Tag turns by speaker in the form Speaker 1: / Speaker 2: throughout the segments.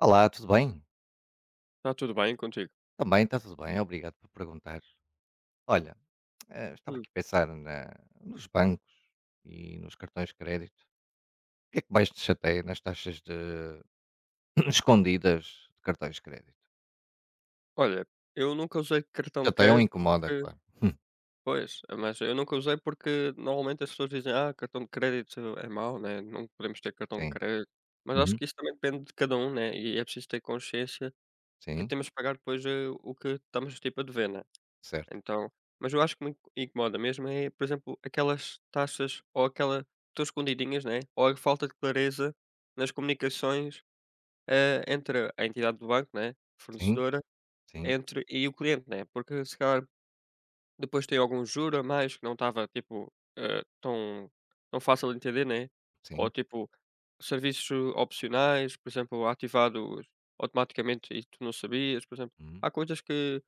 Speaker 1: Olá, tudo bem?
Speaker 2: Está tudo bem contigo?
Speaker 1: Também está tudo bem, obrigado por perguntar. Olha, estava
Speaker 2: Hum.
Speaker 1: aqui a pensar nos bancos e nos cartões de crédito. O que é que mais te chateia nas taxas de escondidas de cartões de crédito?
Speaker 2: Olha, eu nunca usei cartão de
Speaker 1: Chateia ou
Speaker 2: crédito
Speaker 1: incomoda,
Speaker 2: porque
Speaker 1: claro.
Speaker 2: pois, mas eu nunca usei porque normalmente as pessoas dizem: "Ah, cartão de crédito é mau, né, não podemos ter cartão de
Speaker 1: Sim.
Speaker 2: crédito". Mas acho
Speaker 1: Uhum.
Speaker 2: que isso também depende de cada um, né, e é preciso ter consciência que
Speaker 1: Sim,
Speaker 2: temos que pagar depois, o que estamos, tipo, a dever, né.
Speaker 1: certo.
Speaker 2: Então mas eu acho que me incomoda mesmo é, por exemplo, aquelas taxas ou aquela tão escondidinhas, né, ou a falta de clareza nas comunicações, entre a entidade do banco, né,
Speaker 1: Sim,
Speaker 2: fornecedora
Speaker 1: sim,
Speaker 2: entre e o cliente, né, porque se calhar depois tem algum juro a mais que não estava, tipo, tão tão fácil de entender, né, ou
Speaker 1: sim.
Speaker 2: tipo, serviços opcionais, por exemplo, ativados automaticamente e tu não sabias, por exemplo.
Speaker 1: Uhum.
Speaker 2: Há coisas que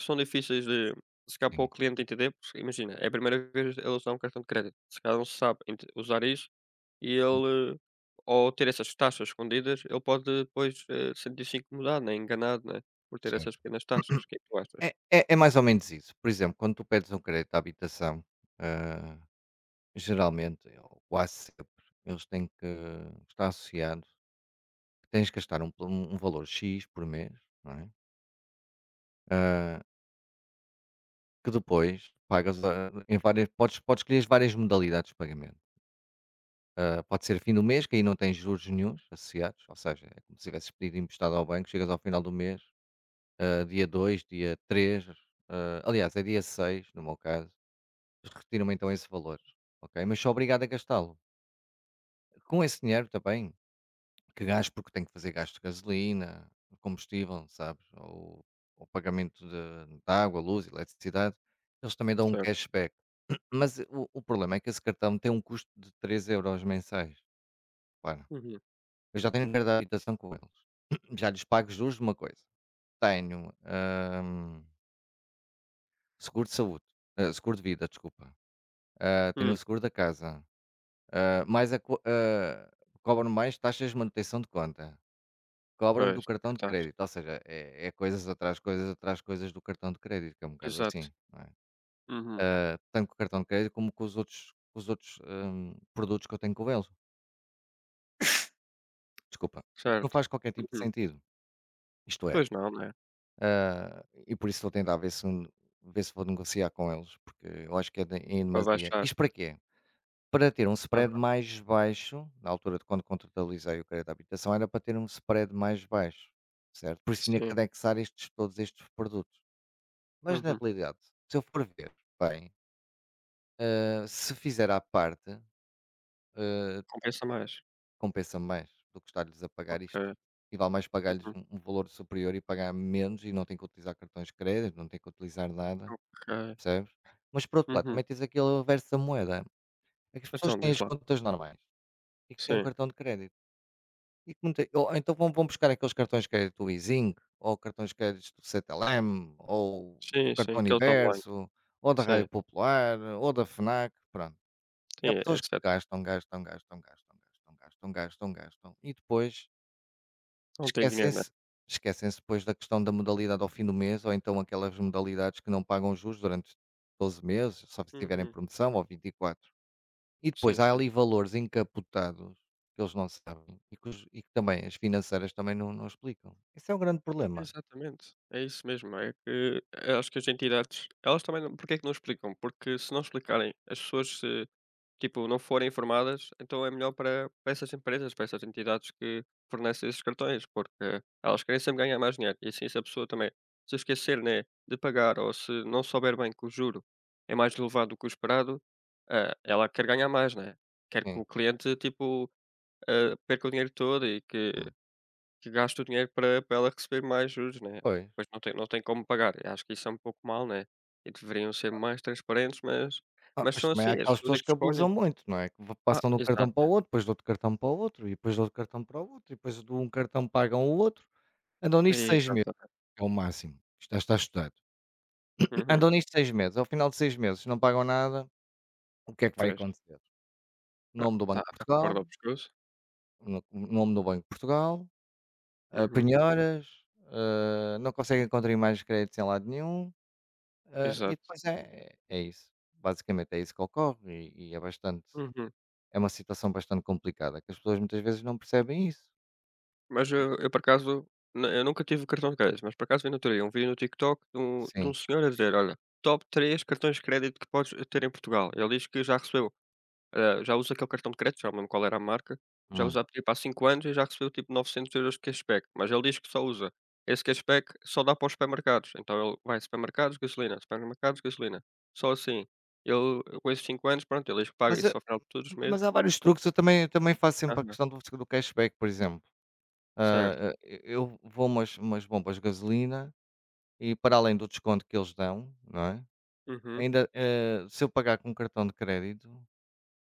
Speaker 2: são difíceis de se calhar para
Speaker 1: Sim,
Speaker 2: o cliente entender, porque imagina, é a primeira vez ele usar um cartão de crédito, se calhar não sabe ent usar isso e
Speaker 1: uhum,
Speaker 2: ele ao ter essas taxas escondidas, ele pode depois, sentir-se incomodado, né, enganado, né, por ter
Speaker 1: certo.
Speaker 2: essas pequenas taxas. O que é que tu
Speaker 1: É,
Speaker 2: achas?
Speaker 1: é- é mais ou menos isso. Por exemplo, quando tu pedes um crédito à habitação, ah, geralmente, ou quase sempre, eles têm que estar associados. Tens que gastar um valor X por mês, não é? Ah, que depois pagas a em várias podes escolher as várias modalidades de pagamento. Pode ser fim do mês, que aí não tens juros nenhuns associados, ou seja, é como se tivesses pedido emprestado ao banco, chegas ao final do mês, dia 2 dia três, aliás, é dia 6 no meu caso, eles retiram então esse valor, ok? Mas sou obrigado a gastá-lo. Com esse dinheiro também. Que gás, porque tenho que fazer gasto de gasolina, de combustível, sabes? Ou pagamento de água, luz, eletricidade. Eles também dão um
Speaker 2: Certo.
Speaker 1: cashback. Mas o problema é que esse cartão tem um custo de €3 mensais. Claro.
Speaker 2: Uhum.
Speaker 1: Eu já tenho cartão de habitação com eles. Já lhes pago juros de uma coisa. Tenho seguro de saúde. Seguro de vida, desculpa. Tenho
Speaker 2: Hum.
Speaker 1: o seguro da casa. Ah, mais a, co- ah, Cobram mais taxas de manutenção de conta. Cobram-me do
Speaker 2: Pois, nunca
Speaker 1: cartão de
Speaker 2: estás.
Speaker 1: crédito, ou seja, é coisas atrás coisas atrás coisas do cartão de crédito, que é um bocado
Speaker 2: Exato.
Speaker 1: assim, não é?
Speaker 2: Uhum.
Speaker 1: Tanto com o cartão de crédito como com os outros, produtos que eu tenho com eles. Desculpa. O que não
Speaker 2: Certo.
Speaker 1: faz qualquer tipo de
Speaker 2: Uhum.
Speaker 1: sentido. Isto é,
Speaker 2: Pois não, né,
Speaker 1: e por isso estou a tentar ver se vou negociar com eles, porque eu acho que é de em
Speaker 2: vai
Speaker 1: demasia.
Speaker 2: baixar.
Speaker 1: Isto para quê? Para ter um spread
Speaker 2: Aham.
Speaker 1: mais baixo, na altura de quando contratualizei o crédito à habitação, era para ter um spread mais baixo, certo? Por isso tinha que
Speaker 2: Sim.
Speaker 1: anexar estes todos estes produtos. Mas na
Speaker 2: Uhum.
Speaker 1: realidade, se eu for ver bem, se fizer à parte, ah,
Speaker 2: Compensa mais.
Speaker 1: compensa mais do que estar-lhes a pagar isto.
Speaker 2: Ok.
Speaker 1: E vale mais pagar-lhes
Speaker 2: Uhum.
Speaker 1: um valor superior e pagar menos e não tem que utilizar cartões de crédito, não tem que utilizar nada,
Speaker 2: Ok.
Speaker 1: percebes? Mas por outro lado,
Speaker 2: Uhum.
Speaker 1: também tens aquele verso da moeda. É que as pessoas
Speaker 2: Então
Speaker 1: têm
Speaker 2: diz
Speaker 1: as
Speaker 2: lá.
Speaker 1: contas normais e que têm um
Speaker 2: Sim.
Speaker 1: cartão de crédito. E que não têm- ou então vão buscar aqueles cartões de crédito do Easing, ou cartões de crédito do CTLM, ou o
Speaker 2: Sim, sim,
Speaker 1: cartão
Speaker 2: aqueles online.
Speaker 1: Universo, ou da
Speaker 2: Sim.
Speaker 1: Rádio Popular, ou da FNAC, pronto. E há
Speaker 2: Sim,
Speaker 1: pessoas que
Speaker 2: etcétera.
Speaker 1: gastam, gastam, gastam, gastam, gastam, gastam, gastam, gastam e depois
Speaker 2: Não tem dinheiro, né.
Speaker 1: esquecem-se, esquecem-se depois da questão da modalidade ao fim do mês, ou então aquelas modalidades que não pagam juros durante 12 meses, só se tiverem
Speaker 2: Uhum.
Speaker 1: promoção ou 24. E quatro. E depois
Speaker 2: Sim,
Speaker 1: há
Speaker 2: sim.
Speaker 1: ali valores encapotados que eles não sabem e que, e que também as financeiras também não explicam. Esse é um grande problema.
Speaker 2: Exatamente, é isso mesmo, é que eu acho que as entidades, elas também não porque é que não explicam? Porque se não explicarem, as pessoas se, tipo, não forem informadas, então é melhor para, para essas empresas, para essas entidades que fornecem esses cartões, porque elas querem sempre ganhar mais dinheiro. E assim, se a pessoa também se esquecer, né, de pagar ou se não souber bem que o juro é mais elevado do que o esperado, ah, ela quer ganhar mais, né? Quer que
Speaker 1: Sim.
Speaker 2: o cliente, tipo, ah, perca o dinheiro todo e
Speaker 1: Hum.
Speaker 2: que gasta o dinheiro para ela receber mais juros, né,
Speaker 1: Pois.
Speaker 2: Pois não tem como pagar. Eu acho que isso é um pouco mal, né, e deveriam ser mais transparentes, mas
Speaker 1: Mas
Speaker 2: são
Speaker 1: também há
Speaker 2: assim, as
Speaker 1: aquelas
Speaker 2: pessoas é
Speaker 1: pessoas
Speaker 2: que
Speaker 1: que abusam
Speaker 2: escolhem.
Speaker 1: muito, não é? Que v
Speaker 2: Ah,
Speaker 1: passam de um cartão para o
Speaker 2: exato.
Speaker 1: outro, depois do outro cartão para o outro, e depois do outro cartão para o outro, e depois de um cartão pagam o outro. Andam nisto seis meses,
Speaker 2: Exatamente.
Speaker 1: que é o máximo, isto já está estudado.
Speaker 2: Uhum.
Speaker 1: Andam nisto 6 meses, ao final de 6 meses se não pagam nada, o que é que vai
Speaker 2: Pois.
Speaker 1: acontecer?
Speaker 2: Ah,
Speaker 1: Nome do
Speaker 2: está
Speaker 1: Banco de
Speaker 2: está com a corda ao
Speaker 1: Portugal,
Speaker 2: pescoço.
Speaker 1: no nome do Banco de Portugal,
Speaker 2: Uhum.
Speaker 1: penhoras, não conseguem contrair mais créditos em lado nenhum, e
Speaker 2: Exato.
Speaker 1: depois é isso. Basicamente é isso que ocorre e é bastante.
Speaker 2: Uhum.
Speaker 1: É uma situação bastante complicada, que as pessoas muitas vezes não percebem isso.
Speaker 2: Mas eu por acaso, na eu nunca tive o cartão de crédito, mas por acaso vi no outro dia um vídeo no TikTok de um de
Speaker 1: Sim,
Speaker 2: um senhor a dizer: "Olha, top 3 cartões de crédito que podes ter em Portugal". Ele diz que já recebeu já uso aquele cartão de crédito, já lembro qual era a marca, já
Speaker 1: hum.
Speaker 2: usava tipo há 5 anos e já recebeu tipo 900 € de cashback, mas ele diz que só usa esse cashback só dá para os supermercados, então ele vai supermercados, gasolina, só assim. Ele com esses 5 anos, pronto, ele diz que paga
Speaker 1: Mas a
Speaker 2: isso ao final de todos os
Speaker 1: mas
Speaker 2: meses.
Speaker 1: há vários truques, eu também faço sempre a
Speaker 2: Aham,
Speaker 1: questão do cashback, por exemplo.
Speaker 2: certo.
Speaker 1: Eu vou a umas bombas de gasolina e para além do desconto que eles dão, não é,
Speaker 2: Uhum,
Speaker 1: ainda, se eu pagar com um cartão de crédito,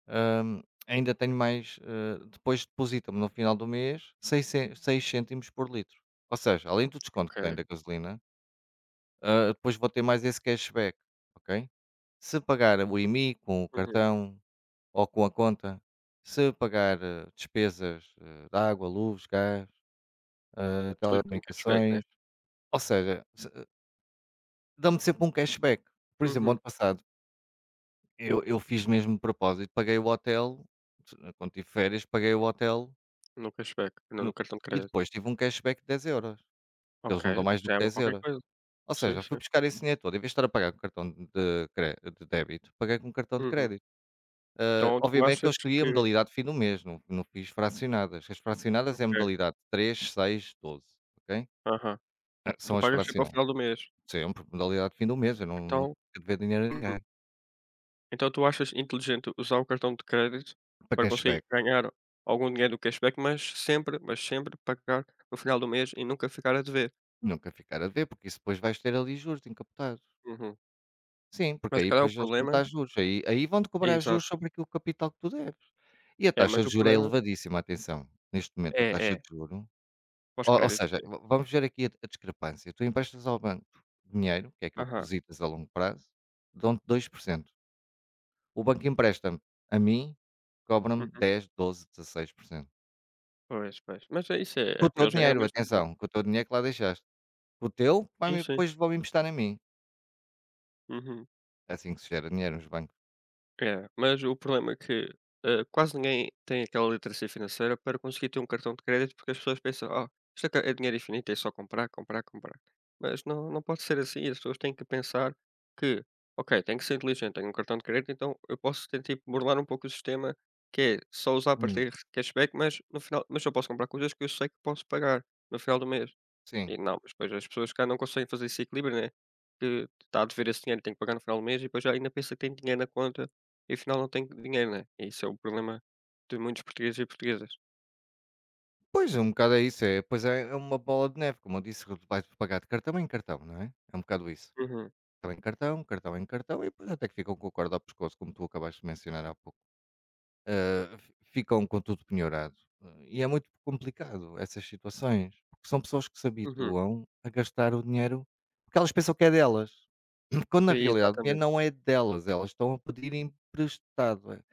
Speaker 1: hã, ainda tenho mais, depois depositam-me no final do mês seiscen 6 cêntimos por litro. Ou seja, além do desconto que tem
Speaker 2: ok.
Speaker 1: da gasolina, depois vou ter mais esse cashback, ok? Se pagar o IMI com o
Speaker 2: Uhum.
Speaker 1: cartão ou com a conta, se pagar, despesas, de água, luz, gás,
Speaker 2: Tudo tem cashback, né?
Speaker 1: telecomunicações, ou seja, se dão-me sempre um cashback. Por exemplo, ano
Speaker 2: Uhum,
Speaker 1: passado eu fiz mesmo de propósito, paguei o hotel, quando tive férias, paguei o hotel
Speaker 2: no cashback, não
Speaker 1: no-
Speaker 2: no cartão de
Speaker 1: e
Speaker 2: crédito.
Speaker 1: depois tive um cashback de €10, porque eles
Speaker 2: Ok,
Speaker 1: não dão mais do
Speaker 2: já
Speaker 1: que
Speaker 2: é
Speaker 1: dez
Speaker 2: qualquer
Speaker 1: euros?
Speaker 2: coisa.
Speaker 1: Ou
Speaker 2: Sim,
Speaker 1: seja, fui
Speaker 2: sim.
Speaker 1: buscar esse dinheiro todo, em vez de estar a pagar com cartão de cre de débito, paguei com cartão de
Speaker 2: Uhum.
Speaker 1: crédito.
Speaker 2: Então tu
Speaker 1: Obviamente que eu
Speaker 2: achas
Speaker 1: escolhi a
Speaker 2: que
Speaker 1: modalidade fim do mês, não fiz fracionadas. As fracionadas é a
Speaker 2: ok,
Speaker 1: modalidade 3 6 doze, ok?
Speaker 2: aham,
Speaker 1: São
Speaker 2: tu
Speaker 1: as
Speaker 2: pagas sempre ao
Speaker 1: fracionadas.
Speaker 2: final do mês,
Speaker 1: Sempre modalidade fim do mês, eu não, não
Speaker 2: então.
Speaker 1: fico a dever dinheiro a
Speaker 2: Uhum.
Speaker 1: ninguém.
Speaker 2: Então tu achas inteligente usar o cartão de crédito
Speaker 1: Para
Speaker 2: para conseguir
Speaker 1: cashback,
Speaker 2: ganhar algum dinheiro do cashback, mas sempre pagar no final do mês e nunca ficar a dever.
Speaker 1: nunca ficar a dever, porque isso depois vais ter ali juros encapotados.
Speaker 2: Uhum.
Speaker 1: Sim, porque
Speaker 2: Mas
Speaker 1: aí
Speaker 2: qual é o
Speaker 1: depois eles vão
Speaker 2: problema
Speaker 1: dar juros, aí vão-te cobrar
Speaker 2: exato.
Speaker 1: juros sobre aquilo capital que tu deves. E a
Speaker 2: É, mas
Speaker 1: taxa de
Speaker 2: o
Speaker 1: juros é
Speaker 2: problema
Speaker 1: elevadíssima, atenção. Neste momento a
Speaker 2: é,
Speaker 1: taxa de
Speaker 2: é,
Speaker 1: juros. Ou
Speaker 2: pós-crédito,
Speaker 1: seja,
Speaker 2: sim.
Speaker 1: va Vamos ver aqui a discrepância. Tu emprestas ao banco dinheiro, que é aquilo que
Speaker 2: Aham.
Speaker 1: depositas a longo prazo, dão-te 2%. O banco empresta-me a mim, cobra-me
Speaker 2: Uhum.
Speaker 1: 10, 12, 16%.
Speaker 2: Pois, pois. Mas é isso, é
Speaker 1: Com o
Speaker 2: é para
Speaker 1: teu
Speaker 2: eles ganharem
Speaker 1: dinheiro,
Speaker 2: mais dinheiro, né.
Speaker 1: atenção, com o teu dinheiro que lá deixaste. Com o teu,
Speaker 2: Sim,
Speaker 1: vai-me
Speaker 2: sim.
Speaker 1: depois vão-me emprestar a mim.
Speaker 2: Uhum.
Speaker 1: É assim que se gera dinheiro nos bancos.
Speaker 2: É, mas o problema é que, quase ninguém tem aquela literacia financeira para conseguir ter um cartão de crédito, porque as pessoas pensam: "Ah, isto é ca é dinheiro infinito, é só comprar, comprar, comprar". Mas não não pode ser assim, as pessoas têm que pensar que: "Ok, tenho que ser inteligente, tenho um cartão de crédito, então eu posso tentar tipo burlar um pouco o sistema, que é só usar para
Speaker 1: Hum,
Speaker 2: ter cashback, mas no final mas eu posso comprar coisas que eu sei que posso pagar no final do mês".
Speaker 1: sim.
Speaker 2: E não, mas depois as pessoas cá não conseguem fazer esse equilíbrio, né? Que está a dever esse dinheiro, tem que pagar no final do mês e depois ainda pensa que tem dinheiro na conta e afinal não tem dinheiro, né? E isso é o problema de muitos portugueses e portuguesas.
Speaker 1: Pois, é, um bocado é isso. É, pois é, é uma bola de neve, como eu disse, vais pagar de cartão em cartão, não é? É um bocado isso.
Speaker 2: Uhum,
Speaker 1: Cartão em cartão, e depois até que ficam com o corda ao pescoço, como tu acabaste de mencionar há pouco. Ficam com tudo penhorado. E é muito complicado essas situações, porque são pessoas que se
Speaker 2: uhum,
Speaker 1: habituam a gastar o dinheiro porque elas pensam que é delas, quando na realidade o dinheiro
Speaker 2: exatamente.
Speaker 1: não é delas, elas estão a pedir emprestado. É,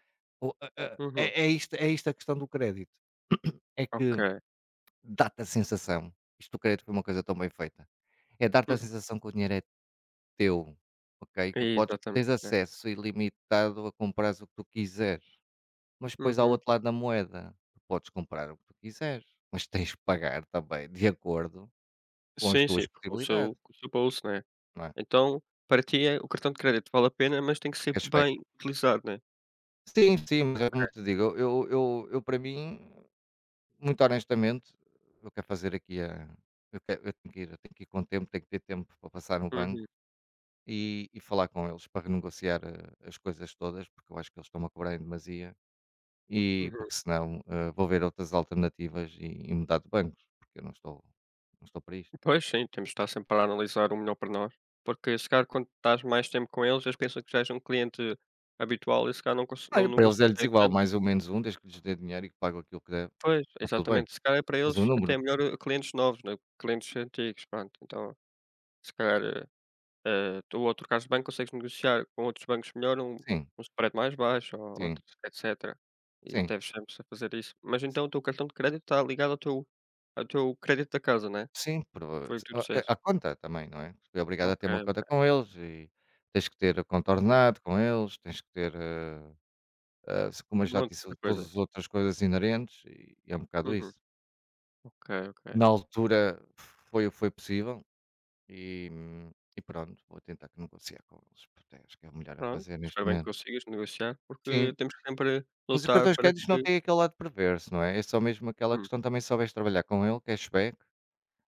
Speaker 2: Uhum,
Speaker 1: é isto a questão do crédito, é que
Speaker 2: ok.
Speaker 1: dá-te a sensação, isto do crédito foi uma coisa tão bem feita, é dar-te a
Speaker 2: Uhum,
Speaker 1: sensação que o dinheiro é teu, ok? Tu podes, tens
Speaker 2: exatamente, né?
Speaker 1: acesso ilimitado a comprar o que tu quiseres, mas depois, ao
Speaker 2: Uhum.
Speaker 1: outro lado da moeda, tu podes comprar o que tu quiseres, mas tens que pagar também de acordo com as
Speaker 2: Sim, sim,
Speaker 1: tuas
Speaker 2: porque o seu,
Speaker 1: possibilidades,
Speaker 2: bolso, né?
Speaker 1: não é?
Speaker 2: Então, para ti, é, o cartão de crédito vale a pena, mas tem que
Speaker 1: A
Speaker 2: ser
Speaker 1: cashback.
Speaker 2: bem utilizado, né?
Speaker 1: Sim, sim, mas é
Speaker 2: Ok.
Speaker 1: como te digo, eu para mim, muito honestamente, eu quero fazer aqui a eu quero, eu tenho que ir com tempo, tenho que ter tempo para passar no banco
Speaker 2: Uhum,
Speaker 1: e falar com eles para renegociar, as coisas todas, porque eu acho que eles estão a cobrar em demasia
Speaker 2: uhum.
Speaker 1: porque senão, vou ver outras alternativas e mudar de bancos, porque eu não estou não estou para isto.
Speaker 2: Pois sim, temos de estar sempre para analisar o melhor para nós, porque se calhar quando estás mais tempo com eles, eles pensam que já és um cliente habitual e se calhar não, não
Speaker 1: Eu para eles é-lhes
Speaker 2: negociam
Speaker 1: igual,
Speaker 2: tanto.
Speaker 1: mais ou menos um, desde que lhes dê dinheiro e que pague aquilo que deve,
Speaker 2: Pois,
Speaker 1: está tudo bem.
Speaker 2: exatamente, se calhar é para
Speaker 1: Tens o
Speaker 2: eles até
Speaker 1: número?
Speaker 2: melhor clientes novos, né? Clientes antigos, pronto. Então, se calhar tu ou trocares de banco, consegues negociar com outros bancos melhor, um,
Speaker 1: Sim,
Speaker 2: um spread mais baixo, ou
Speaker 1: sim,
Speaker 2: outro, etc. E
Speaker 1: sim,
Speaker 2: deves sempre a fazer isso. Mas
Speaker 1: si
Speaker 2: então o teu cartão de crédito está ligado ao teu, crédito da casa, né?
Speaker 1: sim, prova
Speaker 2: Foi o que tu disseste.
Speaker 1: a conta também, não é? Fui obrigado a
Speaker 2: Ok,
Speaker 1: ter uma conta
Speaker 2: ok.
Speaker 1: com eles e tens que ter
Speaker 2: Hum.
Speaker 1: contornado com eles, tens que ter, se como eu
Speaker 2: Um
Speaker 1: já te
Speaker 2: monte
Speaker 1: disse,
Speaker 2: de
Speaker 1: todas
Speaker 2: coisas.
Speaker 1: as outras coisas inerentes e é um bocado
Speaker 2: Uhum.
Speaker 1: isso.
Speaker 2: Ok, ok.
Speaker 1: Na altura foi o que foi possível e pronto, vou tentar que negociar com eles, porque acho que é o melhor a
Speaker 2: Pronto,
Speaker 1: fazer neste
Speaker 2: espero bem que
Speaker 1: momento.
Speaker 2: consigas negociar, porque
Speaker 1: Sim.
Speaker 2: temos que sempre
Speaker 1: Mas o
Speaker 2: lutar
Speaker 1: cartões de
Speaker 2: para
Speaker 1: crédito não
Speaker 2: que
Speaker 1: tem aquele lado perverso, não é? É só mesmo aquela
Speaker 2: hum,
Speaker 1: questão também se souberes trabalhar com ele, cashback.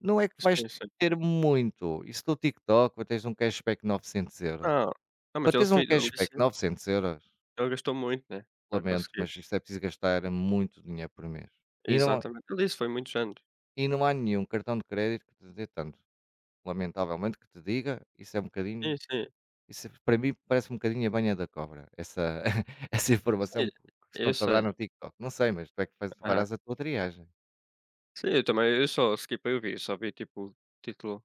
Speaker 1: Não é que vais
Speaker 2: sim, sim.
Speaker 1: ter muito. Isso do TikTok, para teres um cashback de €900.
Speaker 2: Não, não,
Speaker 1: Para
Speaker 2: mas
Speaker 1: teres um
Speaker 2: ele disse
Speaker 1: cashback de 900€.
Speaker 2: ele gastou muito, né, para
Speaker 1: Lamento,
Speaker 2: conseguir.
Speaker 1: mas isto é preciso gastar muito dinheiro por mês. E não,
Speaker 2: Exatamente, ele disse: "Foi muitos anos".
Speaker 1: e não há nenhum cartão de crédito que te dê tanto. Lamentavelmente que te diga, isso é um
Speaker 2: Sim,
Speaker 1: bocadinho.
Speaker 2: sim,
Speaker 1: Isso é- para mim parece um bocadinho a banha da cobra, essa, essa
Speaker 2: sim,
Speaker 1: informação que
Speaker 2: eu
Speaker 1: estão-te a dar
Speaker 2: sei.
Speaker 1: no TikTok. Não sei, mas tu é que faz,
Speaker 2: Aham.
Speaker 1: farás a tua triagem.
Speaker 2: Sim, eu também, eu só skipei o vídeo, só vi, tipo, o título,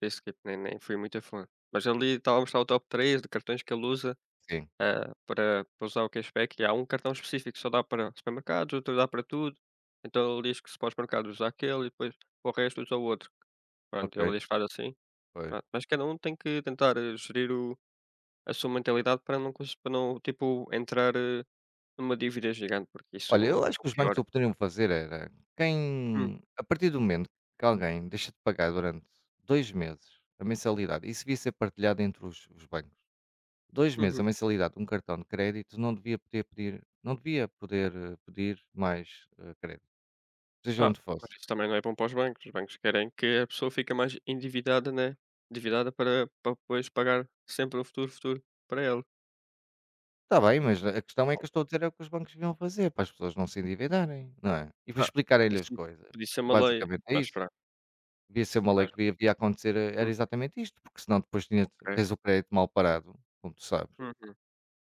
Speaker 2: desse skip, nem fui muito a fundo. Mas ali estava a mostrar o top 3 de cartões que ele usa.
Speaker 1: Sim.
Speaker 2: Ah, para usar o cashback, e há um cartão específico que só dá para supermercados, outro dá para tudo. Então ele diz que se para os mercados usa aquele e depois para o resto usa o outro.
Speaker 1: Ok,
Speaker 2: Pronto, ele diz que faz assim.
Speaker 1: pois.
Speaker 2: Pronto. Mas cada um tem que tentar gerir a sua mentalidade para não, para não tipo, entrar numa dívida gigante, porque isso é
Speaker 1: Olha, eu acho
Speaker 2: o
Speaker 1: que os bancos
Speaker 2: pior.
Speaker 1: o que poderiam fazer era
Speaker 2: Hum,
Speaker 1: quem, a partir do momento que alguém deixa de pagar durante 2 meses a mensalidade, isso devia ser partilhado entre os bancos. Dois meses a
Speaker 2: uhum.
Speaker 1: mensalidade de um cartão de crédito não devia poder pedir, não devia poder eh, pedir mais crédito, seja
Speaker 2: Ah,
Speaker 1: onde fosse.
Speaker 2: mas isso também não é bom para os bancos. Os bancos querem que a pessoa fique mais endividada, né? Endividada para, depois pagar sempre no futuro, futuro para ela.
Speaker 1: Está bem, mas a questão é que eu estou a dizer é o que os bancos deviam fazer para as pessoas não se endividarem, não é? E para
Speaker 2: Ah,
Speaker 1: explicarem-lhe
Speaker 2: isso
Speaker 1: as coisas.
Speaker 2: podia ser uma lei
Speaker 1: Basicamente é
Speaker 2: mais
Speaker 1: isso.
Speaker 2: fraca,
Speaker 1: Devia ser uma lei
Speaker 2: mais
Speaker 1: que devia acontecer, era
Speaker 2: hum,
Speaker 1: exatamente isto, porque senão depois tinha
Speaker 2: ok.
Speaker 1: tens o crédito mal parado, como tu sabes,
Speaker 2: Uhum.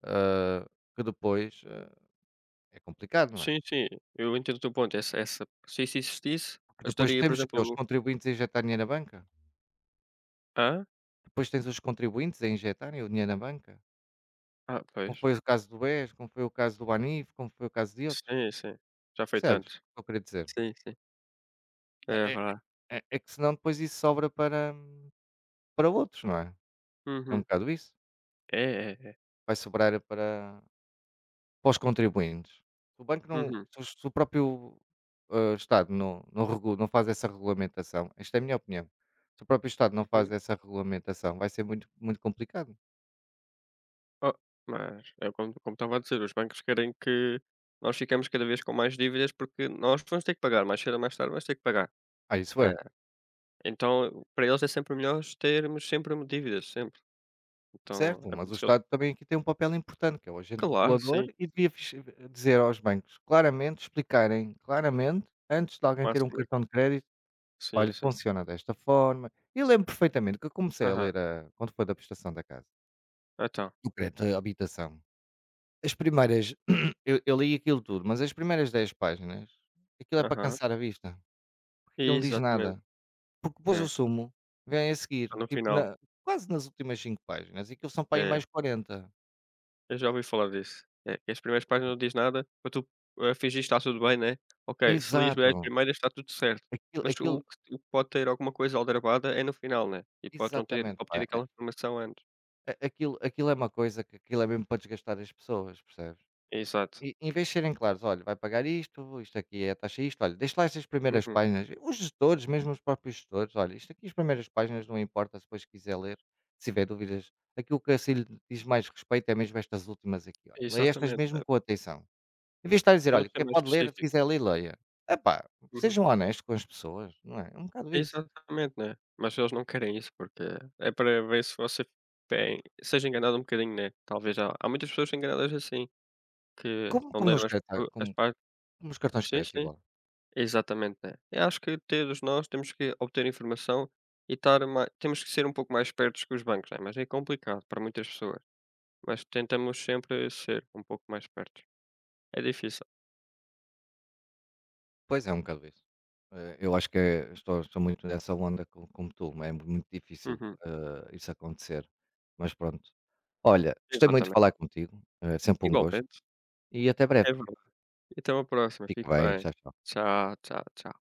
Speaker 1: ah, que depois, é complicado, não é?
Speaker 2: Sim, sim, eu entendo o teu ponto. Essa se isso existisse,
Speaker 1: Porque depois
Speaker 2: ajudaria, por
Speaker 1: temos o quê? Os
Speaker 2: exemplo
Speaker 1: contribuintes a injetar dinheiro na banca,
Speaker 2: ah,
Speaker 1: depois tens os contribuintes a injetarem o dinheiro na banca,
Speaker 2: Ah,
Speaker 1: como
Speaker 2: pois.
Speaker 1: foi o caso do BES, como foi o caso do Banif, como foi o caso de outros,
Speaker 2: Sim, sim. Já foi
Speaker 1: percebes
Speaker 2: tanto.
Speaker 1: o que eu queria dizer?
Speaker 2: Sim, sim. É
Speaker 1: É é
Speaker 2: verdade.
Speaker 1: é que senão depois isso sobra para outros, não é? É um
Speaker 2: Uhum.
Speaker 1: bocado isso,
Speaker 2: É, é, é.
Speaker 1: vai sobrar para. Para os contribuintes. O banco não
Speaker 2: Uhum,
Speaker 1: se os se o próprio, hã, Estado não faz essa regulamentação. Esta é a minha opinião, se o próprio Estado não faz
Speaker 2: uhum.
Speaker 1: essa regulamentação, vai ser muito complicado.
Speaker 2: Oh, mas é como estava a dizer, os bancos querem que nós ficamos cada vez com mais dívidas, porque nós vamos ter que pagar, mais cedo ou mais tarde vamos ter que pagar.
Speaker 1: Ah, isso
Speaker 2: É,
Speaker 1: é,
Speaker 2: então para eles é sempre melhor termos sempre dívidas, sempre. Então
Speaker 1: Certo,
Speaker 2: é por
Speaker 1: mas o
Speaker 2: isso que eles
Speaker 1: Estado também aqui tem um papel importante, que é o agente
Speaker 2: Claro,
Speaker 1: regulador
Speaker 2: sim.
Speaker 1: e devia fix dizer aos bancos, claramente, explicarem claramente, antes de alguém ter um
Speaker 2: Máximo. É,
Speaker 1: cartão de crédito:
Speaker 2: sim,
Speaker 1: "Olha,
Speaker 2: sim.
Speaker 1: funciona desta forma". Eu lembro perfeitamente que eu comecei a
Speaker 2: Aham.
Speaker 1: ler a quando foi da prestação da casa,
Speaker 2: Então.
Speaker 1: do crédito à habitação. As primeiras, eu li aquilo tudo, mas as primeiras 10 páginas, aquilo é para
Speaker 2: Aham.
Speaker 1: cansar a vista, porque aquilo não diz
Speaker 2: Exatamente.
Speaker 1: nada, porque depois o
Speaker 2: É,
Speaker 1: sumo vem a
Speaker 2: tá
Speaker 1: seguir,
Speaker 2: no
Speaker 1: tipo
Speaker 2: final.
Speaker 1: na quase nas últimas 5 páginas, e aquilo são para aí
Speaker 2: É,
Speaker 1: mais quarenta.
Speaker 2: eu já ouvi falar disso. É, que as primeiras páginas não diz nada, para tu, fingir que está tudo bem, né. Ok, se lês bem as
Speaker 1: Exato,
Speaker 2: primeiras está tudo certo.
Speaker 1: aquilo
Speaker 2: Mas
Speaker 1: aquilo
Speaker 2: o que pode ter alguma coisa aldrabada é no final, né, e podes não ter
Speaker 1: exatamente pá,
Speaker 2: obtido aquela informação antes.
Speaker 1: a aquilo Aquilo é uma coisa que aquilo é mesmo para desgastar as pessoas, percebes?
Speaker 2: Exato.
Speaker 1: E em vez de serem claros, olha, vai pagar isto, isto aqui é a taxa isto, olha, deixa lá estas primeiras
Speaker 2: Uhum.
Speaker 1: páginas. Os gestores, mesmo os próprios gestores, olha, isto aqui as primeiras páginas não importa, se depois quiser ler, se tiver dúvidas, aquilo que assim lhe diz mais respeito é mesmo estas últimas aqui, olha. Leia estas
Speaker 2: Exatamente.
Speaker 1: mesmo
Speaker 2: É,
Speaker 1: com atenção. Em vez de estar a dizer,
Speaker 2: podiam
Speaker 1: olha,
Speaker 2: ser
Speaker 1: quem
Speaker 2: mais
Speaker 1: pode ler, se quiser
Speaker 2: específicos.
Speaker 1: ler, leia. Epá,
Speaker 2: Uhum.
Speaker 1: sejam honestos com as pessoas, não é? É um bocado isso.
Speaker 2: Exatamente, né. Mas eles não querem isso, porque é para ver se você tem seja enganado um bocadinho, né, talvez há muitas pessoas enganadas assim, que
Speaker 1: Como,
Speaker 2: não
Speaker 1: como, nos,
Speaker 2: leram
Speaker 1: cartões, como,
Speaker 2: as partes.
Speaker 1: Como nos cartões de
Speaker 2: Sim,
Speaker 1: crédito,
Speaker 2: sim,
Speaker 1: igual.
Speaker 2: exatamente, né. Eu acho que todos nós temos que obter informação e estar mais temos que ser um pouco mais espertos que os bancos, né, mas é complicado para muitas pessoas, mas tentamos sempre ser um pouco mais espertos. É difícil.
Speaker 1: Pois é, um bocado isso. Eu acho que estou muito nessa onda co como tu, é muito difícil,
Speaker 2: Uhum,
Speaker 1: isso acontecer, mas pronto. Olha, gostei muito de
Speaker 2: exatamente.
Speaker 1: falar contigo, é sempre um gosto
Speaker 2: Igualmente,
Speaker 1: e até breve.
Speaker 2: é verdade. E até uma próxima,
Speaker 1: Fica
Speaker 2: fique
Speaker 1: bem,
Speaker 2: bem.
Speaker 1: tchau, tchau.
Speaker 2: Tchau, tchau, tchau.